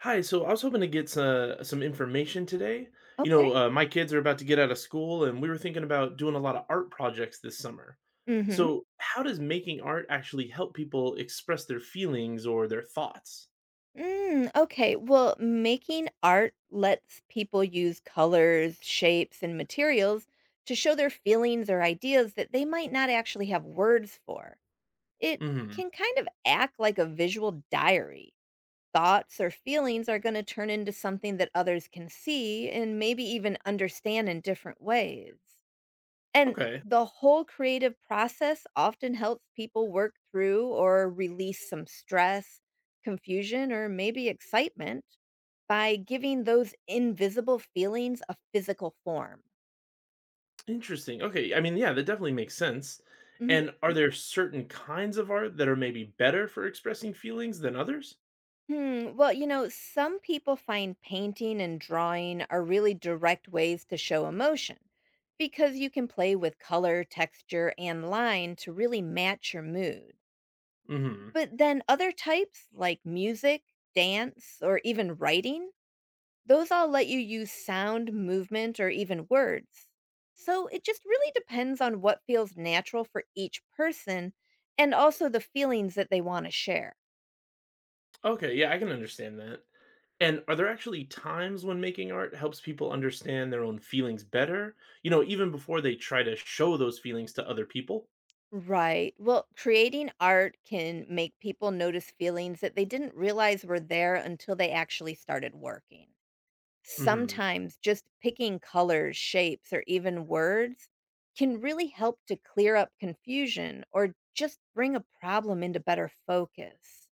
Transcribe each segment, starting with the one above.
Hi, so I was hoping to get some information today. Okay. My kids are about to get out of school, and we were thinking about doing a lot of art projects this summer. Mhm. So, how does making art actually help people express their feelings or their thoughts? Okay. Well, making art lets people use colors, shapes, and materials to show their feelings or ideas that they might not actually have words for. It Hmm. can kind of act like a visual diary. Thoughts or feelings are going to turn into something that others can see and maybe even understand in different ways. And Okay, the whole creative process often helps people work through or release some stress, confusion, or maybe excitement by giving those invisible feelings a physical form. interesting. Okay, I mean, yeah, that definitely makes sense. Mhm. And are there certain kinds of art that are maybe better for expressing feelings than others? Well, you know, some people find painting and drawing are really direct ways to show emotion because you can play with color, texture, and line to really match your mood. Hmm. But then other types like music, dance, or even writing, those all let you use sound, movement, or even words. So it just really depends on what feels natural for each person and also the feelings that they want to share. Okay, yeah, I can understand that. And are there actually times when making art helps people understand their own feelings better? Even before they try to show those feelings to other people? Right. Well, creating art can make people notice feelings that they didn't realize were there until they actually started working. Hmm. Sometimes just picking colors, shapes, or even words can really help to clear up confusion or just bring a problem into better focus.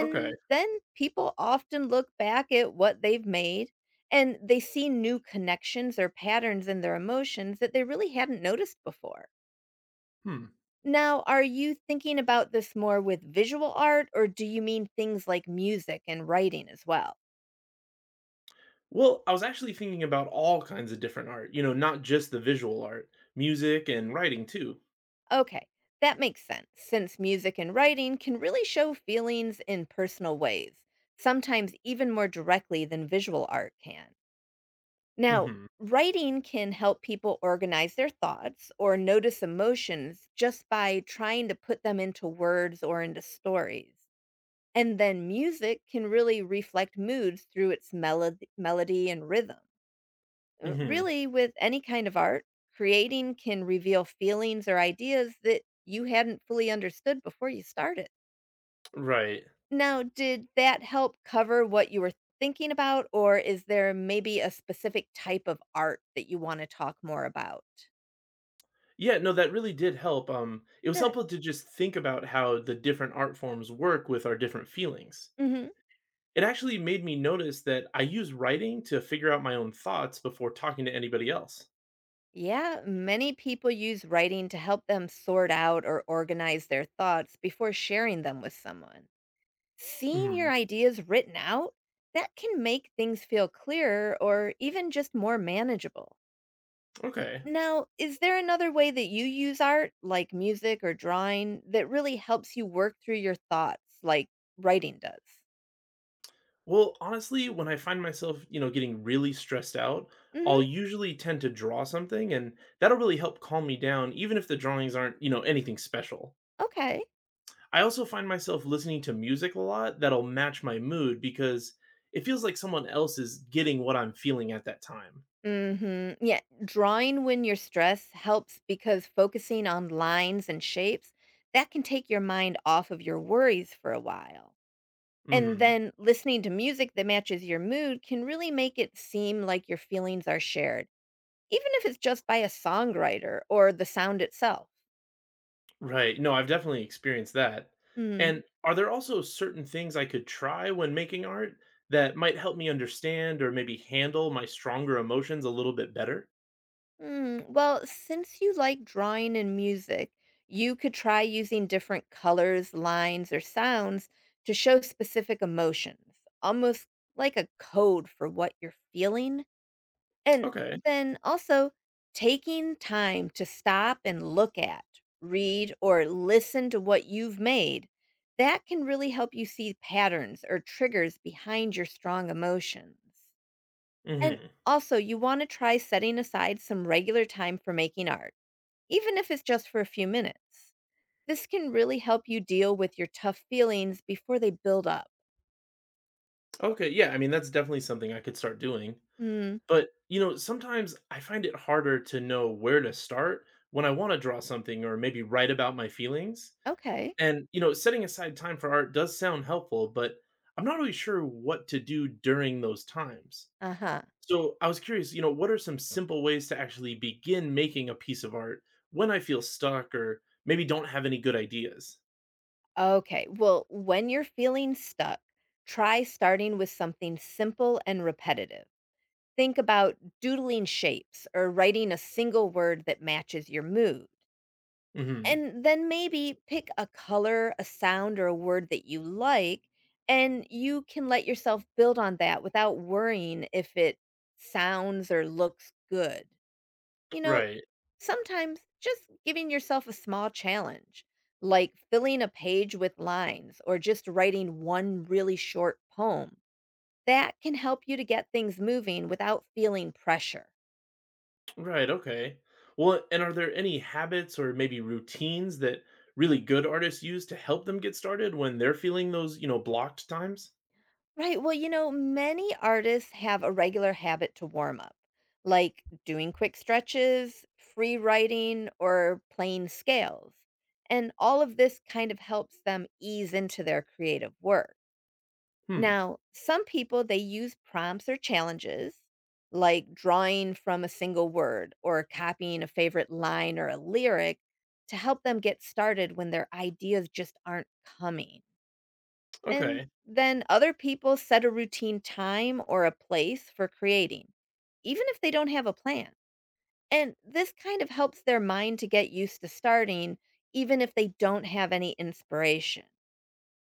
Okay. then people often look back at what they've made and they see new connections or patterns in their emotions that they really hadn't noticed before. Hmm. Now, are you thinking about this more with visual art or do you mean things like music and writing as well? Well, I was actually thinking about all kinds of different art, not just the visual art, music and writing too. Okay, that makes sense, since music and writing can really show feelings in personal ways, sometimes even more directly than visual art can. Now, Hmm. writing can help people organize their thoughts or notice emotions just by trying to put them into words or into stories. And then music can really reflect moods through its melody and rhythm. Hmm. Really, with any kind of art, creating can reveal feelings or ideas that you hadn't fully understood before you started. Right. Now, did that help cover what you were thinking about, or is there maybe a specific type of art that you want to talk more about? Yeah, no, that really did help. It was Good. helpful to just think about how the different art forms work with our different feelings. Hmm. It actually made me notice that I use writing to figure out my own thoughts before talking to anybody else. Yeah, many people use writing to help them sort out or organize their thoughts before sharing them with someone. Seeing Hmm. your ideas written out, that can make things feel clearer or even just more manageable. Okay. Now, is there another way that you use art, like music or drawing, that really helps you work through your thoughts, like writing does? Well, honestly, when I find myself, getting really stressed out, I'll Hmm. usually tend to draw something and that'll really help calm me down even if the drawings aren't, anything special. Okay. I also find myself listening to music a lot that'll match my mood because it feels like someone else is getting what I'm feeling at that time. Hmm. Yeah, drawing when you're stressed helps because focusing on lines and shapes, that can take your mind off of your worries for a while. And Hmm. then listening to music that matches your mood can really make it seem like your feelings are shared, even if it's just by a songwriter or the sound itself. Right. No, I've definitely experienced that. Mm. And are there also certain things I could try when making art that might help me understand or maybe handle my stronger emotions a little bit better? Mm. Well, since you like drawing and music, you could try using different colors, lines, or sounds to show specific emotions, almost like a code for what you're feeling. And Okay. then also taking time to stop and look at, read, or listen to what you've made, that can really help you see patterns or triggers behind your strong emotions. And Hmm. also, you want to try setting aside some regular time for making art, even if it's just for a few minutes. This can really help you deal with your tough feelings before they build up. Okay. Yeah. I mean, that's definitely something I could start doing. Hmm, But, sometimes I find it harder to know where to start when I want to draw something or maybe write about my feelings. okay. And, setting aside time for art does sound helpful, but I'm not really sure what to do during those times. Uh huh. So I was curious, what are some simple ways to actually begin making a piece of art when I feel stuck or maybe don't have any good ideas? Okay. Well, when you're feeling stuck, try starting with something simple and repetitive. Think about doodling shapes or writing a single word that matches your mood. Hmm. And then maybe pick a color, a sound, or a word that you like, and you can let yourself build on that without worrying if it sounds or looks good. You know, Right. sometimes just giving yourself a small challenge, like filling a page with lines or just writing one really short poem, that can help you to get things moving without feeling pressure. Right. Okay. Well, and are there any habits or maybe routines that really good artists use to help them get started when they're feeling those, blocked times? Right. Well, you know, many artists have a regular habit to warm up, like doing quick stretches, free writing, or playing scales. And all of this kind of helps them ease into their creative work. Hmm. Now, some people they use prompts or challenges like drawing from a single word or copying a favorite line or a lyric to help them get started when their ideas just aren't coming. And Okay. then other people set a routine time or a place for creating, even if they don't have a plan. And this kind of helps their mind to get used to starting, even if they don't have any inspiration.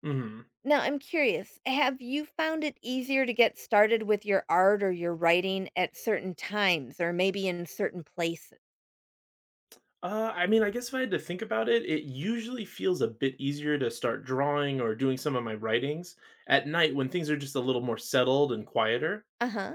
Hmm. Now, I'm curious, have you found it easier to get started with your art or your writing at certain times or maybe in certain places? I mean, I guess if I had to think about it, it usually feels a bit easier to start drawing or doing some of my writings at night when things are just a little more settled and quieter. Uh-huh.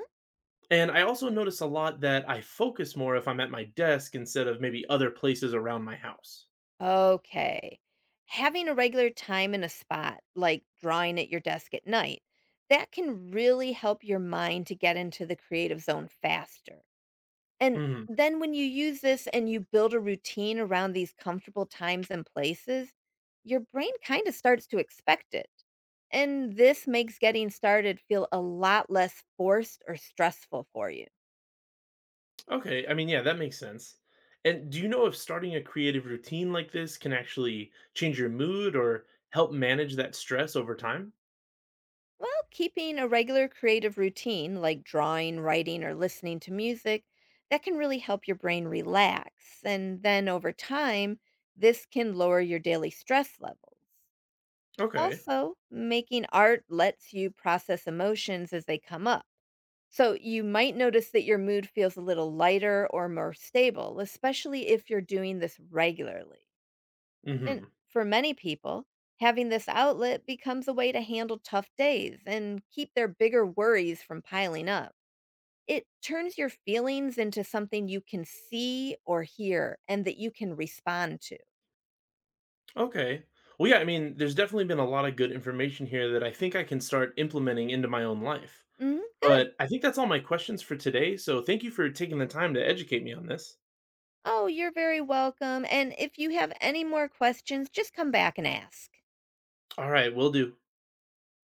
And I also notice a lot that I focus more if I'm at my desk instead of maybe other places around my house. Okay. Having a regular time and a spot, like drawing at your desk at night, that can really help your mind to get into the creative zone faster. And Hmm. then when you use this and you build a routine around these comfortable times and places, your brain kind of starts to expect it. And this makes getting started feel a lot less forced or stressful for you. Okay, I mean, yeah, that makes sense. And do you know if starting a creative routine like this can actually change your mood or help manage that stress over time? Well, keeping a regular creative routine like drawing, writing, or listening to music, that can really help your brain relax. And then over time, this can lower your daily stress levels. Okay. Also, making art lets you process emotions as they come up. So you might notice that your mood feels a little lighter or more stable, especially if you're doing this regularly. And Hmm. for many people, having this outlet becomes a way to handle tough days and keep their bigger worries from piling up. It turns your feelings into something you can see or hear and that you can respond to. Okay. Well, yeah, I mean, there's definitely been a lot of good information here that I think I can start implementing into my own life. Mhm. Good. But I think that's all my questions for today. So thank you for taking the time to educate me on this. Oh, you're very welcome. And if you have any more questions, just come back and ask. All right, will do.